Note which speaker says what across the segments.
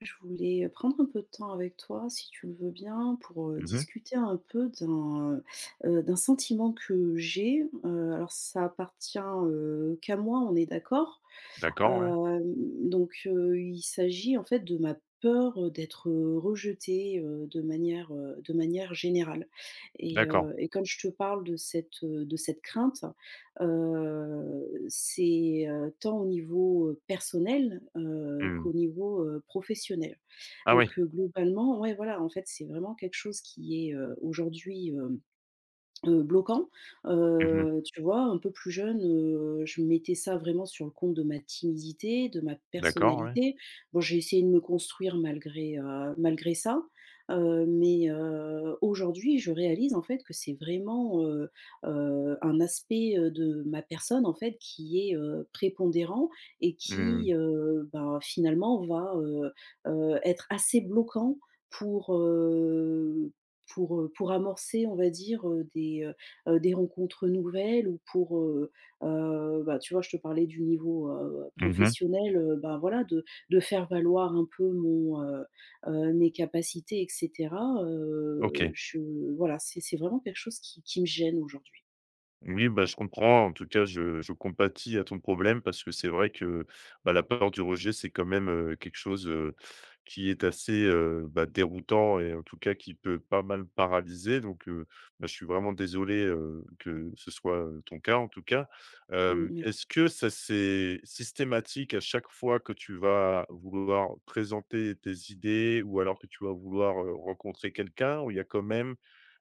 Speaker 1: Je voulais prendre un peu de temps avec toi, si tu le veux bien, pour
Speaker 2: Mmh mh.
Speaker 1: discuter un peu d'un sentiment que j'ai. Alors, ça appartient qu'à moi, on est d'accord.
Speaker 2: D'accord, ouais.
Speaker 1: Euh, donc, il s'agit en fait de ma peur d'être rejetée, de manière générale. Et,
Speaker 2: D'accord.
Speaker 1: euh, et quand je te parle de de cette crainte, euh, c'est tant au niveau personnel,
Speaker 2: Mmh.
Speaker 1: qu'au niveau professionnel.
Speaker 2: Ah
Speaker 1: Donc,
Speaker 2: oui.
Speaker 1: globalement, ouais, voilà, en fait, c'est vraiment quelque chose qui est, aujourd'hui, bloquant,
Speaker 2: Mmh mh.
Speaker 1: tu vois? Un peu plus jeune, je mettais ça vraiment sur le compte de ma timidité, de ma
Speaker 2: D'accord, ouais.
Speaker 1: personnalité. Bon, j'ai essayé de me construire malgré ça, mais, aujourd'hui, je réalise en fait que c'est vraiment, un aspect, de ma personne en fait qui est, prépondérant et
Speaker 2: Mmh.
Speaker 1: qui, ben, finalement va, être assez bloquant pour, heu pour amorcer, on va dire, des rencontres nouvelles ou bah, tu vois, je te parlais du niveau,
Speaker 2: Mmh mh.
Speaker 1: professionnel, bah, voilà, de faire valoir un peu mes capacités, et cetera,
Speaker 2: OK.
Speaker 1: je voilà, c'est vraiment quelque chose qui me gêne aujourd'hui.
Speaker 2: Oui, bah, je comprends. En tout cas, je compatis à ton problème parce que c'est vrai que, bah, la peur du rejet, c'est quand même, quelque chose, qui est assez, bah, déroutant et en tout cas qui peut pas mal paralyser donc, bah, je suis vraiment désolé, que ce soit, ton cas en tout cas.
Speaker 1: Mmh,
Speaker 2: Est-ce
Speaker 1: merci.
Speaker 2: que ça c'est systématique à chaque fois que tu vas vouloir présenter tes idées ou alors que tu vas vouloir, rencontrer quelqu'un, ou il y a quand même,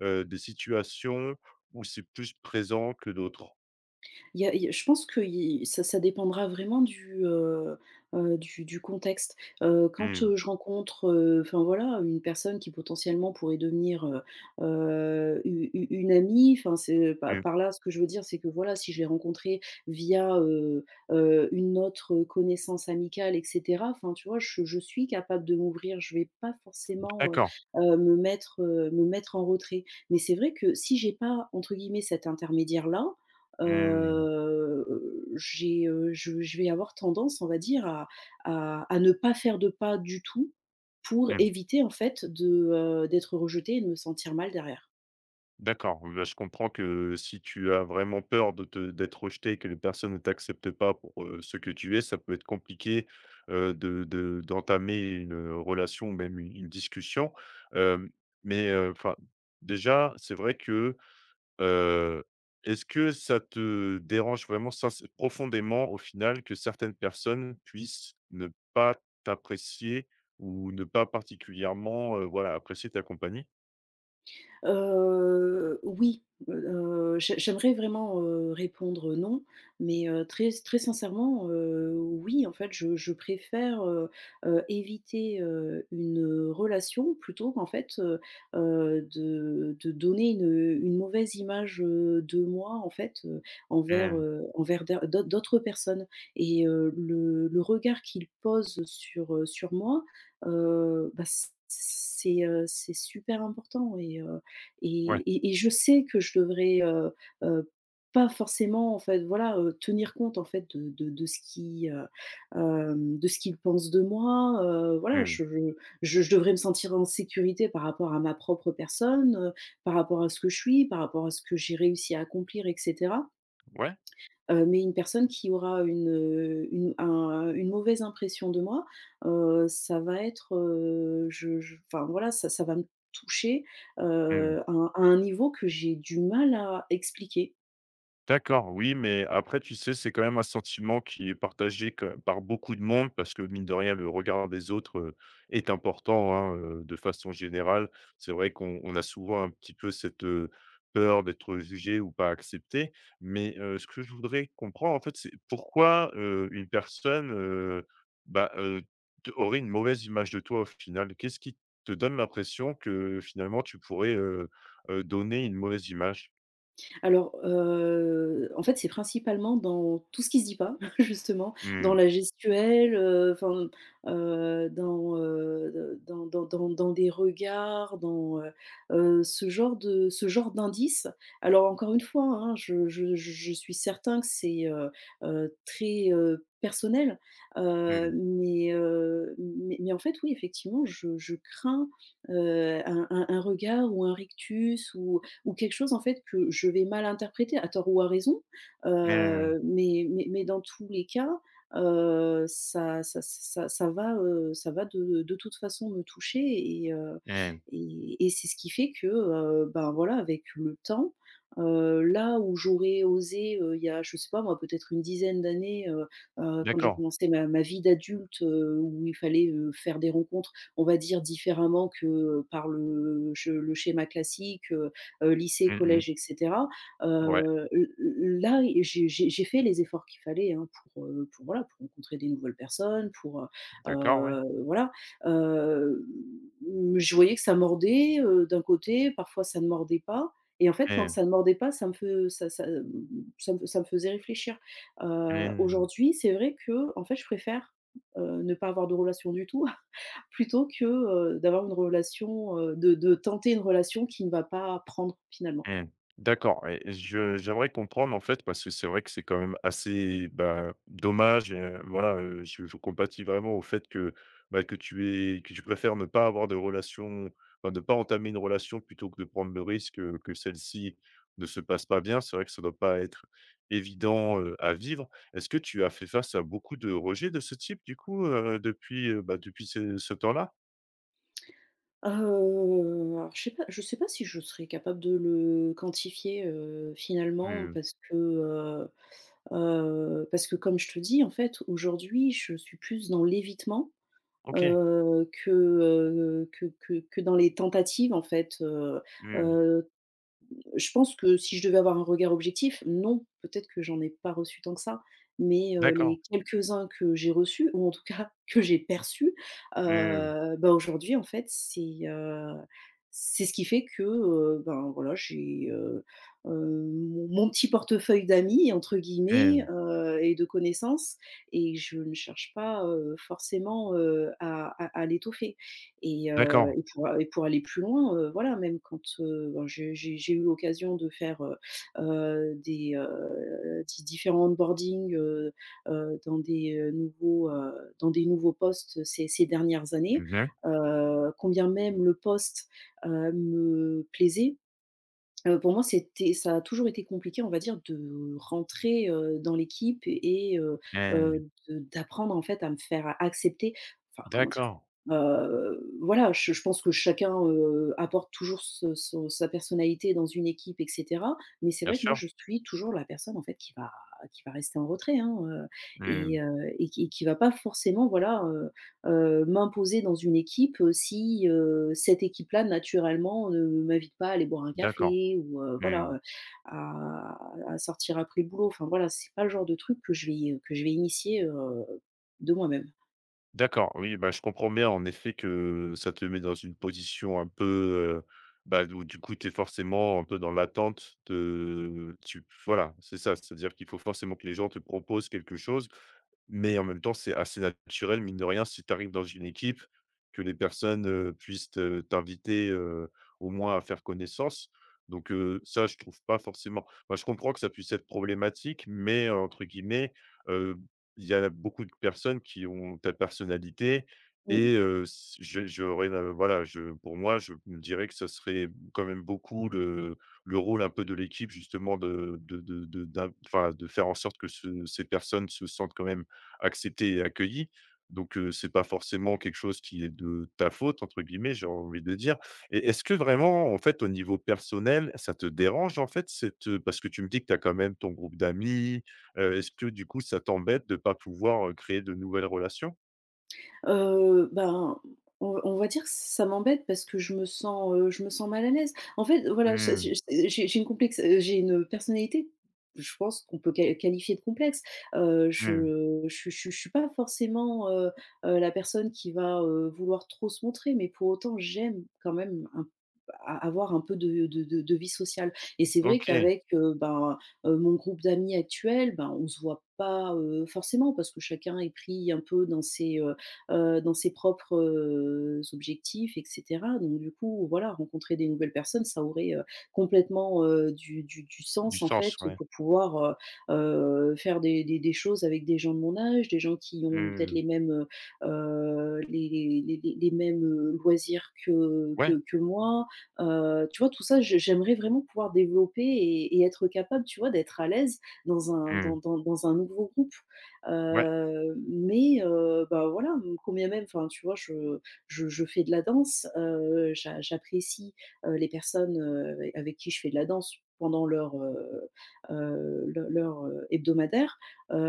Speaker 2: des situations où c'est plus présent que d'autres?
Speaker 1: Il y a Je pense que il ça dépendra vraiment du, du contexte. Quand,
Speaker 2: Mmh,
Speaker 1: je rencontre, enfin voilà, une personne qui potentiellement pourrait devenir, u u une amie, enfin c'est
Speaker 2: mmh.
Speaker 1: par là, ce que je veux dire, c'est que voilà, si je l'ai rencontrée via, une autre connaissance amicale, et cetera, enfin tu vois, je suis capable de m'ouvrir. Je vais pas forcément,
Speaker 2: D'accord.
Speaker 1: me mettre en retrait. Mais c'est vrai que si j'ai pas entre guillemets «cet intermédiaire-là»,
Speaker 2: Mmh,
Speaker 1: heu, je vais avoir tendance, on va dire, à ne pas faire de pas du tout pour
Speaker 2: mmh.
Speaker 1: éviter en fait d'être rejetée et de me sentir mal derrière.
Speaker 2: D'accord, bah, je comprends que si tu as vraiment peur de te d'être rejeté et que les personnes ne t'acceptent pas pour, ce que tu es, ça peut être compliqué, de d'entamer une, relation ou même u une discussion, hem, mais, enfin, déjà, c'est vrai que… Heu, est-ce que ça te dérange vraiment sinc profondément au final que certaines personnes puissent ne pas t'apprécier ou ne pas particulièrement, voilà, apprécier ta compagnie?
Speaker 1: Oui, j'aimerais vraiment, répondre non, mais, très très sincèrement, oui, en fait, je préfère, éviter, une relation plutôt qu'en fait, de donner une mauvaise image, de moi, en fait,
Speaker 2: Mmh.
Speaker 1: envers d'autres personnes, et, le regard qu'ils posent sur moi, bah, c'est super important, et heu et
Speaker 2: Ouais.
Speaker 1: et et je sais que je devrais, heu, pas forcément en fait, voilà, tenir compte en fait de ce qu'ils pensent de moi, voilà,
Speaker 2: Mmh.
Speaker 1: je devrais me sentir en sécurité par rapport à ma propre personne, par rapport à ce que je suis, par rapport à ce que j'ai réussi à accomplir, etc.
Speaker 2: Ouais?
Speaker 1: Mais une personne qui aura une mauvaise impression de moi, ça va être, je enfin voilà, ça va me toucher,
Speaker 2: Mmh.
Speaker 1: à un niveau que j'ai du mal à expliquer.
Speaker 2: D'accord, oui, mais après, tu sais, c'est quand même un sentiment qui est partagé par beaucoup de monde parce que, mine de rien, le regard des autres, est important hein, de façon générale. C'est vrai qu'on a souvent un petit peu cette, peur d'être jugé ou pas accepté. Mais ce que je voudrais comprendre, en fait, c'est pourquoi une personne, bah, aurait une mauvaise image de toi au final? Qu'est-ce qui te donne l'impression que finalement tu pourrais, donner une mauvaise image?
Speaker 1: Alors, en fait, c'est principalement dans tout ce qui se dit pas, justement, dans
Speaker 2: Hmm,
Speaker 1: la gestuelle, enfin, dans des regards, dans, ce genre d'indices. Alors encore une fois, hein, je suis certain que c'est, très, personnel,
Speaker 2: hmm,
Speaker 1: en fait, oui, effectivement, je crains, un regard ou un rictus ou quelque chose en fait que je vais mal interpréter à tort ou à raison,
Speaker 2: hmm.
Speaker 1: mais dans tous les cas, ça va de toute façon me toucher, et heu
Speaker 2: Mmh.
Speaker 1: et c'est ce qui fait que, ben, voilà, avec le temps, là où j'aurais osé, il y a, je sais pas moi, peut-être une dizaine d'années, quand j'ai
Speaker 2: D'accord.
Speaker 1: commencé ma vie d'adulte, où il fallait, faire des rencontres, on va dire différemment que par le schéma classique, lycée,
Speaker 2: Mmh mh.
Speaker 1: collège, et cetera.
Speaker 2: Ouais,
Speaker 1: L Là, j'ai fait les efforts qu'il fallait, hein, pour rencontrer des nouvelles personnes,
Speaker 2: d'accord, ouais.
Speaker 1: voilà. Heu, mmh, je voyais que ça mordait, d'un côté, parfois ça ne mordait pas et en fait, quand
Speaker 2: Mmh.
Speaker 1: ça ne mordait pas, ça me fe ça ça, mmh, ça me faisait réfléchir.
Speaker 2: Mmh.
Speaker 1: Aujourd'hui, c'est vrai que, en fait, je préfère, ne pas avoir de relation du tout plutôt que, de tenter une relation qui ne va pas prendre finalement.
Speaker 2: Mmh. D'accord, et je j'aimerais comprendre, en fait, parce que c'est vrai que c'est quand même assez, bah, dommage, voilà, je compatis vraiment au fait que, bah, que tu aies que tu préfères ne pas avoir de relation, enfin, ne pas entamer une relation plutôt que de prendre le risque, que celle-ci ne se passe pas bien. C'est vrai que ça doit pas être évident, à vivre. Est-ce que tu as fait face à beaucoup de rejets de ce type, du coup, depuis, bah, depuis ce temps-là?
Speaker 1: Heu, alors, je sais pas si je serais capable de le quantifier, finalement
Speaker 2: Mmh.
Speaker 1: parce que comme je te dis, en fait, aujourd'hui, je suis plus dans l'évitement,
Speaker 2: OK.
Speaker 1: que dans les tentatives en fait,
Speaker 2: Mmh.
Speaker 1: heu je pense que si je devais avoir un regard objectif, non, peut-être que j'en ai pas reçu tant que ça, mais,
Speaker 2: D'accord.
Speaker 1: les quelques-uns que j'ai reçus ou en tout cas que j'ai perçus,
Speaker 2: Mmh.
Speaker 1: bah, aujourd'hui en fait, c'est ce qui fait que, ben, voilà, j'ai, mon petit portefeuille «d'amis» entre
Speaker 2: Mmh.
Speaker 1: guillemets, et de connaissances, et je ne cherche pas, forcément, à l'étoffer. Et, heu,
Speaker 2: D'accord.
Speaker 1: et pour et pour aller plus loin, voilà, même quand, ben, j'ai eu l'occasion de faire, des, di différents onboardings, heu, dans des, heu, nouveaux, heu, dans des nouveaux postes ces dernières années,
Speaker 2: Mmh mh.
Speaker 1: combien même le poste, me plaisait. Pour moi, c'était ça a toujours été compliqué, on va dire, de rentrer, dans l'équipe et,
Speaker 2: Mmh.
Speaker 1: de d'apprendre, en fait, à me faire accepter. Enfin, comment dire?
Speaker 2: D'accord.
Speaker 1: Voilà, je pense que chacun, apporte toujours ce son sa personnalité dans une équipe, et cetera. Mais c'est
Speaker 2: Bien
Speaker 1: vrai que moi,
Speaker 2: sûr.
Speaker 1: je suis toujours la personne, en fait, qui va rester en retrait, hein, heu
Speaker 2: Mmh.
Speaker 1: et heu et qui et qui va pas forcément, voilà, m'imposer dans une équipe, si, cette équipe-là, naturellement, ne m'invite pas à aller boire un
Speaker 2: D'accord.
Speaker 1: café ou,
Speaker 2: Mmh.
Speaker 1: voilà, à à sortir après le boulot. Enfin voilà, c'est pas le genre de truc que je vais, initier, de moi-même.
Speaker 2: D'accord. Oui, bah, je comprends bien en effet que ça te met dans une position un peu, bah, d où du coup, tu es forcément un peu dans l'attente de tu voilà, c'est ça. C'est-à-dire qu'il faut forcément que les gens te proposent quelque chose. Mais en même temps, c'est assez naturel, mine de rien, si tu arrives dans une équipe, que les personnes, puissent te t'inviter, au moins à faire connaissance. Donc, ça, je trouve pas forcément… moi je comprends que ça puisse être problématique, mais, entre guillemets, heu, il y a beaucoup de personnes qui ont ta personnalité,
Speaker 1: Mmh.
Speaker 2: et, s je j'aurais la… voilà, je… pour moi, je me dirais que ce serait quand même beaucoup le rôle un peu de l'équipe, justement, de d'in enfin, de faire en sorte que ce ces personnes se sentent quand même accepté et accueilli. Donc, c'est pas forcément quelque chose qui est de ta «faute» entre guillemets, j'ai envie de dire, et est-ce que vraiment, en fait, au niveau personnel, ça te dérange, en fait, cette, heu… parce que tu me dis que tu as quand même ton groupe d'amis, est-ce que du coup ça t'embête de pas pouvoir, créer de nouvelles relations?
Speaker 1: Ben, on va dire que ça m'embête parce que je me sens mal à l'aise. En fait, voilà, ça
Speaker 2: Mmh,
Speaker 1: j'ai une complexe, j'ai une personnalité, je pense qu'on peut qualifier de complexe.
Speaker 2: mmh,
Speaker 1: Je suis pas forcément, la personne qui va, vouloir trop se montrer, mais pour autant, j'aime quand même un a avoir un peu de vie sociale et c'est vrai
Speaker 2: OK,
Speaker 1: qu'avec, ben, mon groupe d'amis actuel, ben, on se voit pas, forcément parce que chacun est pris un peu dans ses propres, objectifs, et cetera. Donc du coup, voilà, rencontrer des nouvelles personnes, ça aurait, complètement, du
Speaker 2: du
Speaker 1: sens en
Speaker 2: sens,
Speaker 1: fait,
Speaker 2: ouais.
Speaker 1: pour pouvoir, faire des choses avec des gens de mon âge, des gens qui ont peut-être
Speaker 2: Mmh,
Speaker 1: les mêmes, loisirs
Speaker 2: ouais,
Speaker 1: que moi. Tu vois, tout ça, je j'aimerais vraiment pouvoir développer et être capable, tu vois, d'être à l'aise
Speaker 2: mmh,
Speaker 1: dans un nouveau groupe.
Speaker 2: ouais.
Speaker 1: Mais, bah, voilà, combien même enfin, tu vois, je fais de la danse, j'apprécie, les personnes, avec qui je fais de la danse pendant leur, hebdomadaire,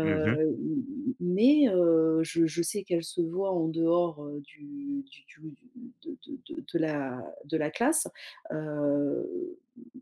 Speaker 2: Mmh mh.
Speaker 1: m mais, je sais qu'elles se voient en dehors, du de la classe, heu,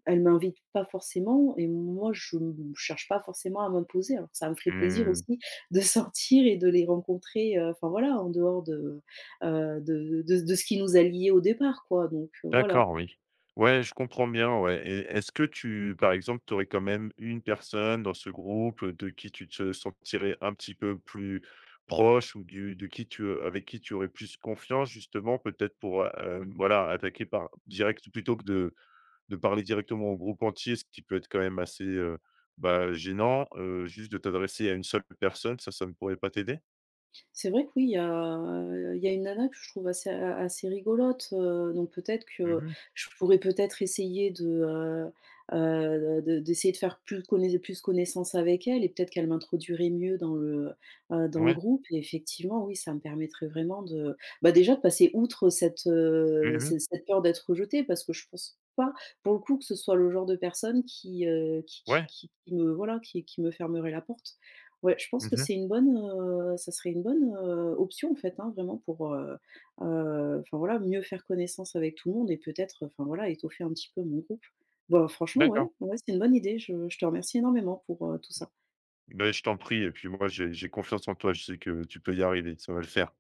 Speaker 1: elles m'invitent pas forcément et moi je m cherche pas forcément à m'imposer alors que ça me ferait plaisir
Speaker 2: Mmh.
Speaker 1: aussi de sortir et de les rencontrer, enfin voilà, en dehors de ce qui nous a liés au départ, quoi, donc, voilà.
Speaker 2: D'accord, oui. Ouais, je comprends bien, ouais, et est-ce que tu… par exemple, tu aurais quand même une personne dans ce groupe, de qui tu te sentirais un petit peu plus proche, ou du de qui tu, avec qui tu aurais plus confiance, justement, peut-être pour, voilà attaquer par direct plutôt que de parler directement au groupe entier, ce qui peut être quand même assez, bah, gênant, juste de t'adresser à une seule personne, ça ne pourrait pas t'aider?
Speaker 1: C'est vrai que oui, il y a une nana que je trouve assez, a assez rigolote, donc peut-être que
Speaker 2: Mmh.
Speaker 1: je pourrais peut-être essayer de faire plus connaissance avec elle et peut-être qu'elle m'introduirait mieux dans le
Speaker 2: Ouais.
Speaker 1: groupe et effectivement, oui, ça me permettrait vraiment de, bah, déjà de passer outre cette,
Speaker 2: Mmh.
Speaker 1: cette peur d'être rejetée parce que je pense pas, pour le coup, que ce soit le genre de personne
Speaker 2: Ouais.
Speaker 1: qui me voilà, qui me fermerait la porte. Ouais, je pense que
Speaker 2: Mmh.
Speaker 1: ça serait une bonne, option en fait, hein, vraiment pour, enfin voilà, mieux faire connaissance avec tout le monde et peut-être, enfin voilà, étoffer un petit peu mon groupe. Bah, franchement,
Speaker 2: D'accord.
Speaker 1: ouais, ouais, c'est une bonne idée. Je te remercie énormément pour, tout ça.
Speaker 2: Ben je t'en prie, et puis moi j'ai confiance en toi, je sais que tu peux y arriver, ça va le faire.